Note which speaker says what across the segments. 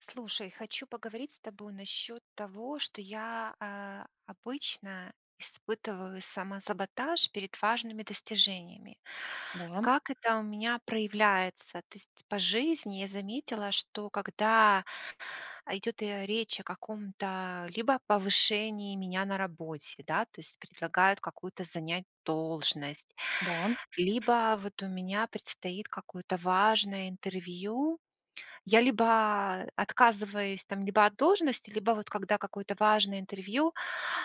Speaker 1: Слушай, хочу поговорить с тобой насчет того, что я обычно испытываю самосаботаж перед важными достижениями.
Speaker 2: Да,
Speaker 1: Как это у меня проявляется? То есть по жизни я заметила, что когда идет речь о каком-то либо повышении меня на работе, да, то есть предлагают какую-то занять должность,
Speaker 2: да,
Speaker 1: либо вот у меня предстоит какое-то важное интервью, я либо отказываюсь там либо от должности, либо вот когда какое-то важное интервью,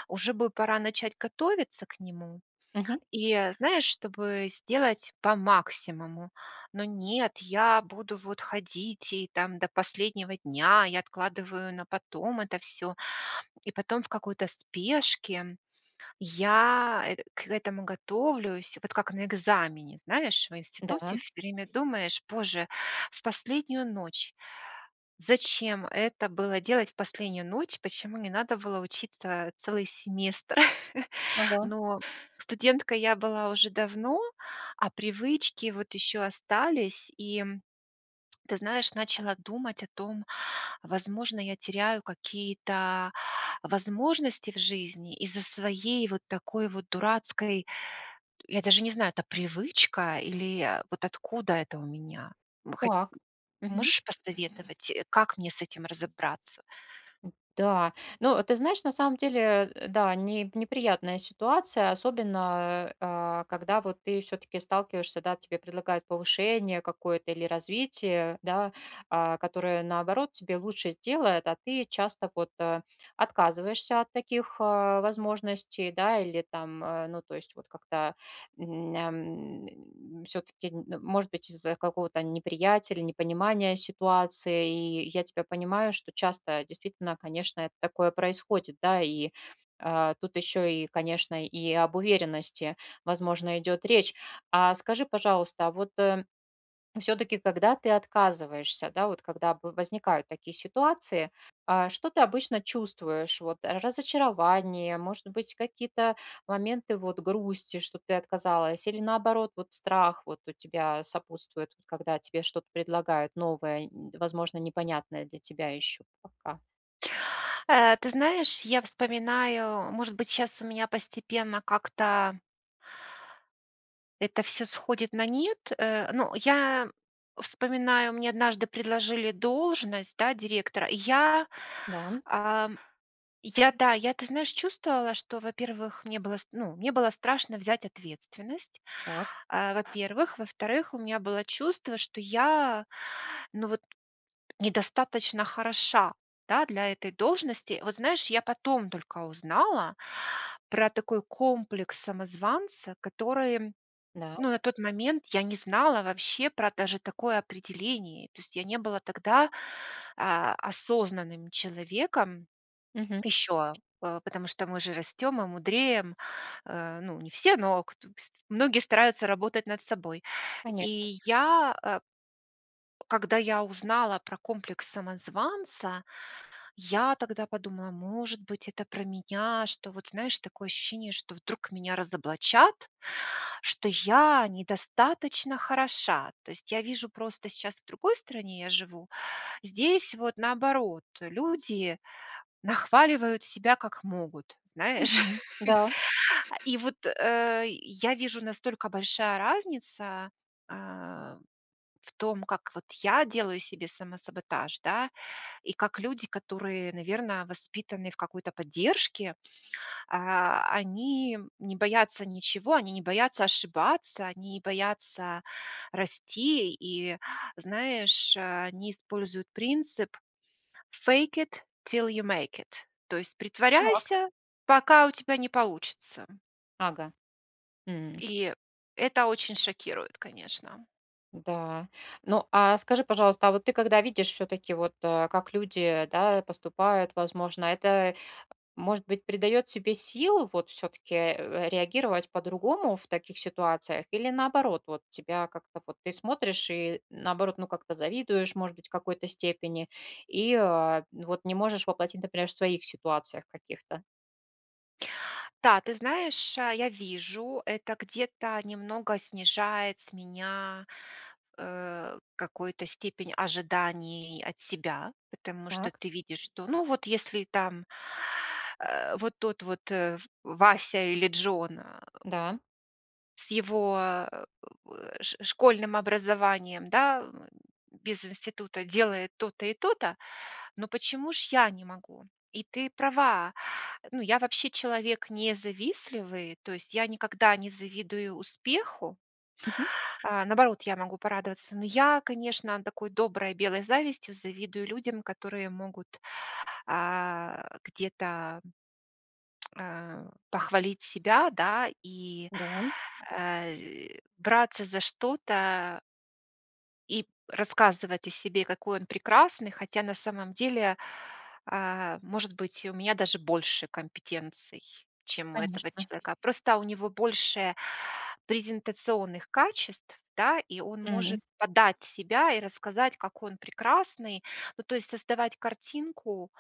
Speaker 1: уже бы пора начать готовиться к нему.
Speaker 2: мгм,
Speaker 1: Знаешь, чтобы сделать по максимуму. Но нет, я буду вот ходить и там до последнего дня, я откладываю на потом это все. И потом в какой-то спешке я эт к этому готовлюсь. Вот как на экзамене, знаешь, в
Speaker 2: да,
Speaker 1: институте всё время думаешь: "Боже, в последнюю ночь. Зачем это было делать в последнюю ночь? Почему не надо было учиться целый семестр?"
Speaker 2: ага,
Speaker 1: Но студенткой я была уже давно, а привычки вот еще остались. Ты знаешь, начала думать о том, возможно, я теряю какие-то возможности в жизни из-за своей вот такой вот дурацкой, я даже не знаю, это привычка или вот откуда это у меня? М, хо-
Speaker 2: так, мгм,
Speaker 1: Можешь посоветовать, как мне с этим разобраться?
Speaker 2: да. Ну, ты знаешь, на самом деле, да, не неприятная ситуация, особенно, когда вот ты все таки сталкиваешься, да, тебе предлагают повышение какое-то или развитие, да, которое, наоборот, тебе лучше сделает, а ты часто вот, отказываешься от таких, возможностей, да, или там, ну, то есть вот как-то все-таки, может быть, из-за какого-то неприятия или непонимания ситуации. И я тебя понимаю, что часто действительно, конечно, это такое происходит, да, и тут еще и, конечно, и об уверенности, возможно, идет речь. А скажи, пожалуйста, а вот все-таки, когда ты отказываешься, да, вот когда возникают такие ситуации, что ты обычно чувствуешь? Вот разочарование, может быть, какие-то моменты вот грусти, что ты отказалась, или наоборот, вот страх вот у тебя сопутствует, вот когда тебе что-то предлагают новое, возможно, непонятное для тебя еще пока.
Speaker 1: Ты знаешь, я вспоминаю, может быть, сейчас у меня постепенно как-то это все сходит на нет. Ну, я вспоминаю, мне однажды предложили должность, да, директора.
Speaker 2: Да,
Speaker 1: Ам, да, я, ты знаешь, чувствовала, что, во-первых, мне было, с ну, мне было страшно взять ответственность,
Speaker 2: так,
Speaker 1: а, во-первых. Во-вторых, у меня было чувство, что я, ну, вот недостаточно хороша, да, для этой должности. Вот знаешь, я потом только узнала про такой комплекс самозванца, который,
Speaker 2: да,
Speaker 1: ну, на тот момент я не знала вообще про даже такое определение. То есть я не была тогда, осознанным человеком
Speaker 2: мгм,
Speaker 1: еще, э, потому что мы же растем и мудреем. Ну, не все, но кто с многие стараются работать над собой.
Speaker 2: конечно.
Speaker 1: И я, э, когда я узнала про комплекс самозванца, я тогда подумала, может быть, это про меня, что вот, знаешь, такое ощущение, что вдруг меня разоблачат, что я недостаточно хороша. То есть я вижу просто сейчас в другой стране я живу, здесь вот наоборот, люди нахваливают себя как могут, знаешь.
Speaker 2: Мгм. Да,
Speaker 1: И вот я вижу, настолько большая разница а, в том, как вот я делаю себе самосаботаж, да, и как люди, которые, наверное, воспитаны в какой-то поддержке, они не боятся ничего, они не боятся ошибаться, они не боятся расти. И, знаешь, они используют принцип fake it till you make it. То есть
Speaker 2: так,
Speaker 1: притворяйся, пока у тебя не получится.
Speaker 2: ага.
Speaker 1: И это очень шокирует, конечно.
Speaker 2: Да. Ну, а скажи, пожалуйста, а вот ты когда видишь все-таки вот, как люди, да, поступают, возможно, это, может быть, придает тебе сил вот все-таки реагировать по-другому в таких ситуациях или наоборот, вот тебя как-то вот ты смотришь и наоборот, ну, как-то завидуешь, может быть, в какой-то степени и вот не можешь воплотить, например, в своих ситуациях каких-то.
Speaker 1: Да, ты знаешь, я вижу, это где-то немного снижает с меня какую-то степень ожиданий от себя, потому что
Speaker 2: Так,
Speaker 1: ты видишь, что, ну вот если там Вася или Джон,
Speaker 2: да.
Speaker 1: с его школьным образованием, да, без института делает то-то и то-то, но почему ж я не могу? И ты права, ну, я вообще человек не завистливый, то есть я никогда не завидую успеху.
Speaker 2: Мгм.
Speaker 1: А, наоборот, я могу порадоваться. Но я, конечно, такой доброй белой завистью завидую людям, которые могут, где-то, похвалить себя, да, и
Speaker 2: Да.
Speaker 1: э, браться за что-то. И рассказывать о себе, какой он прекрасный, хотя на самом деле, может быть, у меня даже больше компетенций, чем у этого
Speaker 2: Конечно.
Speaker 1: человека. Просто у него больше презентационных качеств, да, и он может подать себя и рассказать, какой он прекрасный. Ну, то есть создавать картинку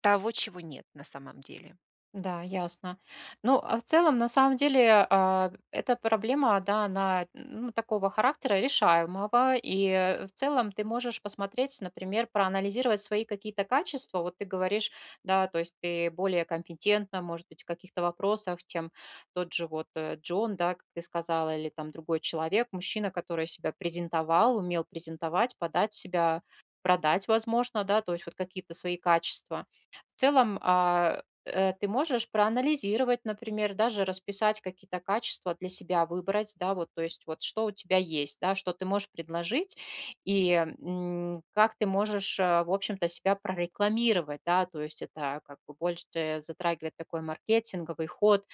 Speaker 1: того, чего нет на самом деле.
Speaker 2: Да, ясно. Ну, а в целом, на самом деле, эта проблема, да, она ну, такого характера решаемого. И в целом ты можешь посмотреть, например, проанализировать свои какие-то качества. Вот ты говоришь, да, то есть ты более компетентна, может быть, в каких-то вопросах, чем тот же вот Джон, да, как ты сказала, или там другой человек, мужчина, который себя презентовал, умел презентовать, подать себя продать, возможно, да, то есть вот какие-то свои качества в целом ты можешь проанализировать, например, даже расписать какие-то качества для себя, выбрать, да, вот, то есть вот что у тебя есть, да, что ты можешь предложить и как ты можешь, в общем-то, себя прорекламировать, да, то есть это как бы больше затрагивает такой маркетинговый ход,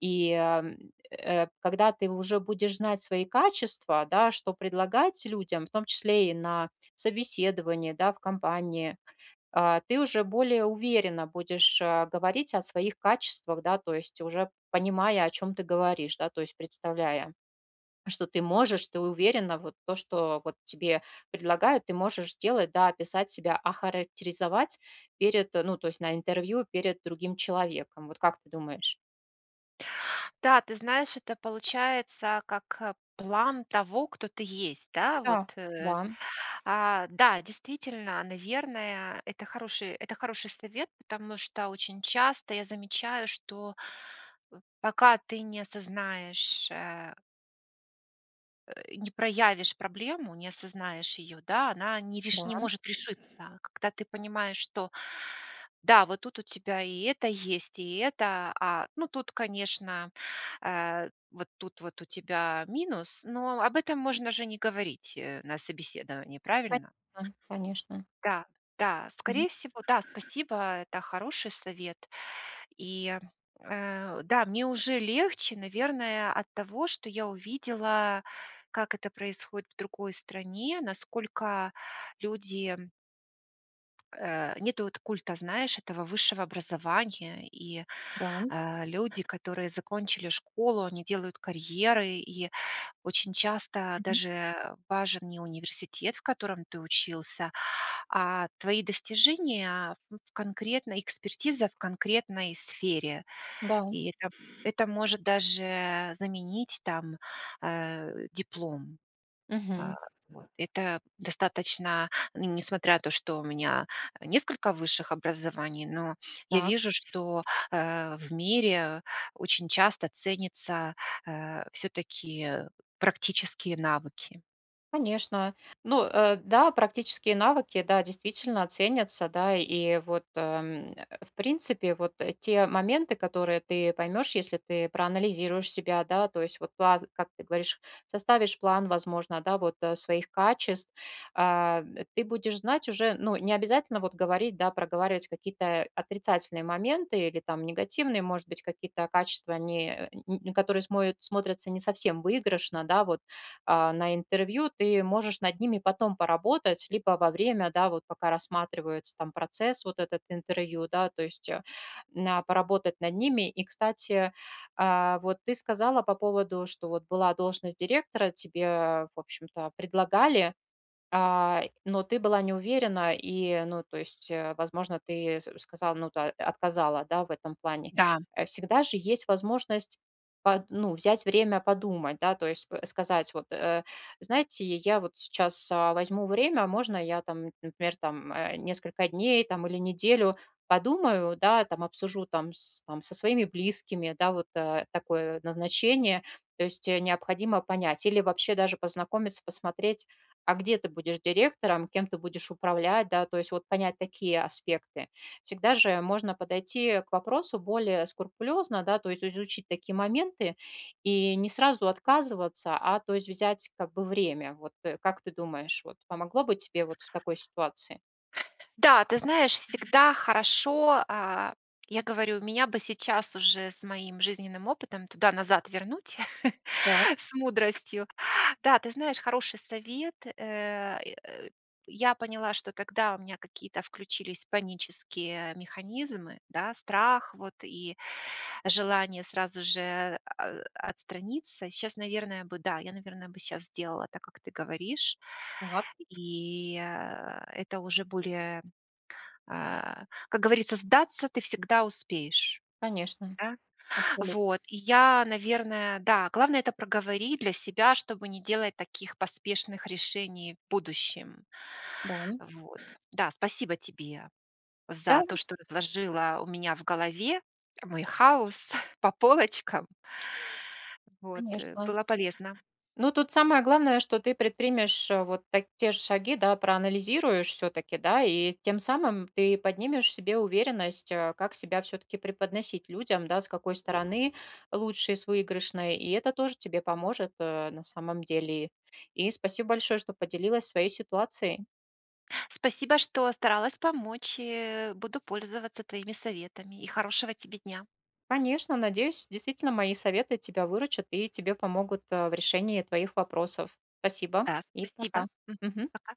Speaker 2: и когда ты уже будешь знать свои качества, да, что предлагать людям, в том числе и на собеседовании, да, в компании, ты уже более уверенно будешь говорить о своих качествах, да, то есть уже понимая, о чем ты говоришь, да, то есть представляя, что ты можешь, ты уверенно вот то, что вот тебе предлагают, ты можешь делать, да, описать себя, охарактеризовать перед, ну, то есть на интервью перед другим человеком. Вот как ты думаешь?
Speaker 1: Да, ты знаешь, это получается как, план того, кто ты есть, да,
Speaker 2: Да.
Speaker 1: вот,
Speaker 2: Да,
Speaker 1: А, да, действительно, наверное, это это хороший совет, потому что очень часто я замечаю, что пока ты не осознаешь, не проявишь проблему, не осознаешь ее, да, она не
Speaker 2: да,
Speaker 1: может решиться. Когда ты понимаешь, что да, вот тут у тебя и это есть, и это, ну, тут, конечно, вот тут вот у тебя минус, но об этом можно же не говорить на собеседовании, правильно?
Speaker 2: конечно, конечно.
Speaker 1: Да, да,
Speaker 2: Мгм.
Speaker 1: скорее всего, да, спасибо, это хороший совет. И, да, мне уже легче, наверное, от того, что я увидела, как это происходит в другой стране, насколько люди, нету вот культа, знаешь, этого высшего образования, и,
Speaker 2: Да,
Speaker 1: люди, которые закончили школу, они делают карьеры, и очень часто
Speaker 2: мгм,
Speaker 1: даже важен не университет, в котором ты учился, а твои достижения в конкретной экспертиза в конкретной сфере.
Speaker 2: да.
Speaker 1: И это это может даже заменить там, диплом. А,
Speaker 2: Мгм.
Speaker 1: вот. Это достаточно, н несмотря на то, что у меня несколько высших образований, но я
Speaker 2: Так.
Speaker 1: вижу, что, в мире очень часто ценятся, все таки практические навыки.
Speaker 2: Конечно. Ну, да, практические навыки, да, действительно ценятся, да, и вот, в принципе, вот, те моменты, которые ты поймешь, если ты проанализируешь себя, да, то есть вот план, как ты говоришь, составишь план, возможно, да, вот, своих качеств, ты будешь знать уже, ну, не обязательно вот говорить, да, проговаривать какие-то отрицательные моменты или там негативные, может быть, какие-то качества, не, которые смотрятся не совсем выигрышно, да, вот, на интервью, ты можешь над ними потом поработать, либо во время, да, вот пока рассматривается там процесс вот этот интервью, да, то есть поработать над ними. И, кстати, вот ты сказала по поводу, что вот была должность директора, тебе, в общем-то, предлагали, но ты была не уверена и, ну, то есть, возможно, ты с сказала, ну да, отказала, да, в этом плане.
Speaker 1: Да.
Speaker 2: Всегда же есть возможность под ну, взять время подумать, да, то есть п сказать вот, э: "Знаете, я вот сейчас, возьму время, а можно я там, например, там, несколько дней там или неделю подумаю, да, там обсужу там с там со своими близкими", да, вот, такое назначение. То есть, необходимо понять или вообще даже познакомиться, посмотреть, а где ты будешь директором, кем ты будешь управлять, да, то есть вот понять такие аспекты. Всегда же можно подойти к вопросу более скрупулезно, да, то есть изучить такие моменты и не сразу отказываться, а то есть взять как бы время. Вот как ты думаешь, вот помогло бы тебе вот в такой ситуации?
Speaker 1: Да, ты знаешь, всегда хорошо, я говорю, меня бы сейчас уже с моим жизненным опытом туда-назад вернуть
Speaker 2: Так,
Speaker 1: с мудростью. Да, ты знаешь, хороший совет. Э, Я поняла, что тогда у меня какие-то включились панические механизмы, да, страх вот и желание сразу же, отстраниться. Сейчас, наверное, бы, да, я, наверное, бы сейчас сделала так, как ты говоришь,
Speaker 2: так,
Speaker 1: и это уже более, как говорится, сдаться ты всегда успеешь.
Speaker 2: конечно,
Speaker 1: Да?
Speaker 2: абсолютно.
Speaker 1: Вот. И я, наверное, да, главное это проговорить для себя, чтобы не делать таких поспешных решений в будущем.
Speaker 2: Да.
Speaker 1: Вот. Да, спасибо тебе
Speaker 2: Да,
Speaker 1: за то, что разложила у меня в голове мой хаос по полочкам. Вот,
Speaker 2: конечно.
Speaker 1: было полезно.
Speaker 2: Ну, тут самое главное, что ты предпримешь вот так, те же шаги, да, проанализируешь все-таки, да, и тем самым ты поднимешь в себе уверенность, как себя все-таки преподносить людям, да, с какой стороны лучше с выигрышной, и это тоже тебе поможет на самом деле. И спасибо большое, что поделилась своей ситуацией.
Speaker 1: Спасибо, что старалась помочь. Буду пользоваться твоими советами. И хорошего тебе дня.
Speaker 2: Конечно, надеюсь, действительно мои советы тебя выручат и тебе помогут в решении твоих вопросов. Спасибо
Speaker 1: Да,
Speaker 2: и
Speaker 1: спасибо.
Speaker 2: пока.
Speaker 1: Мгм.
Speaker 2: Мгм.
Speaker 1: Пока.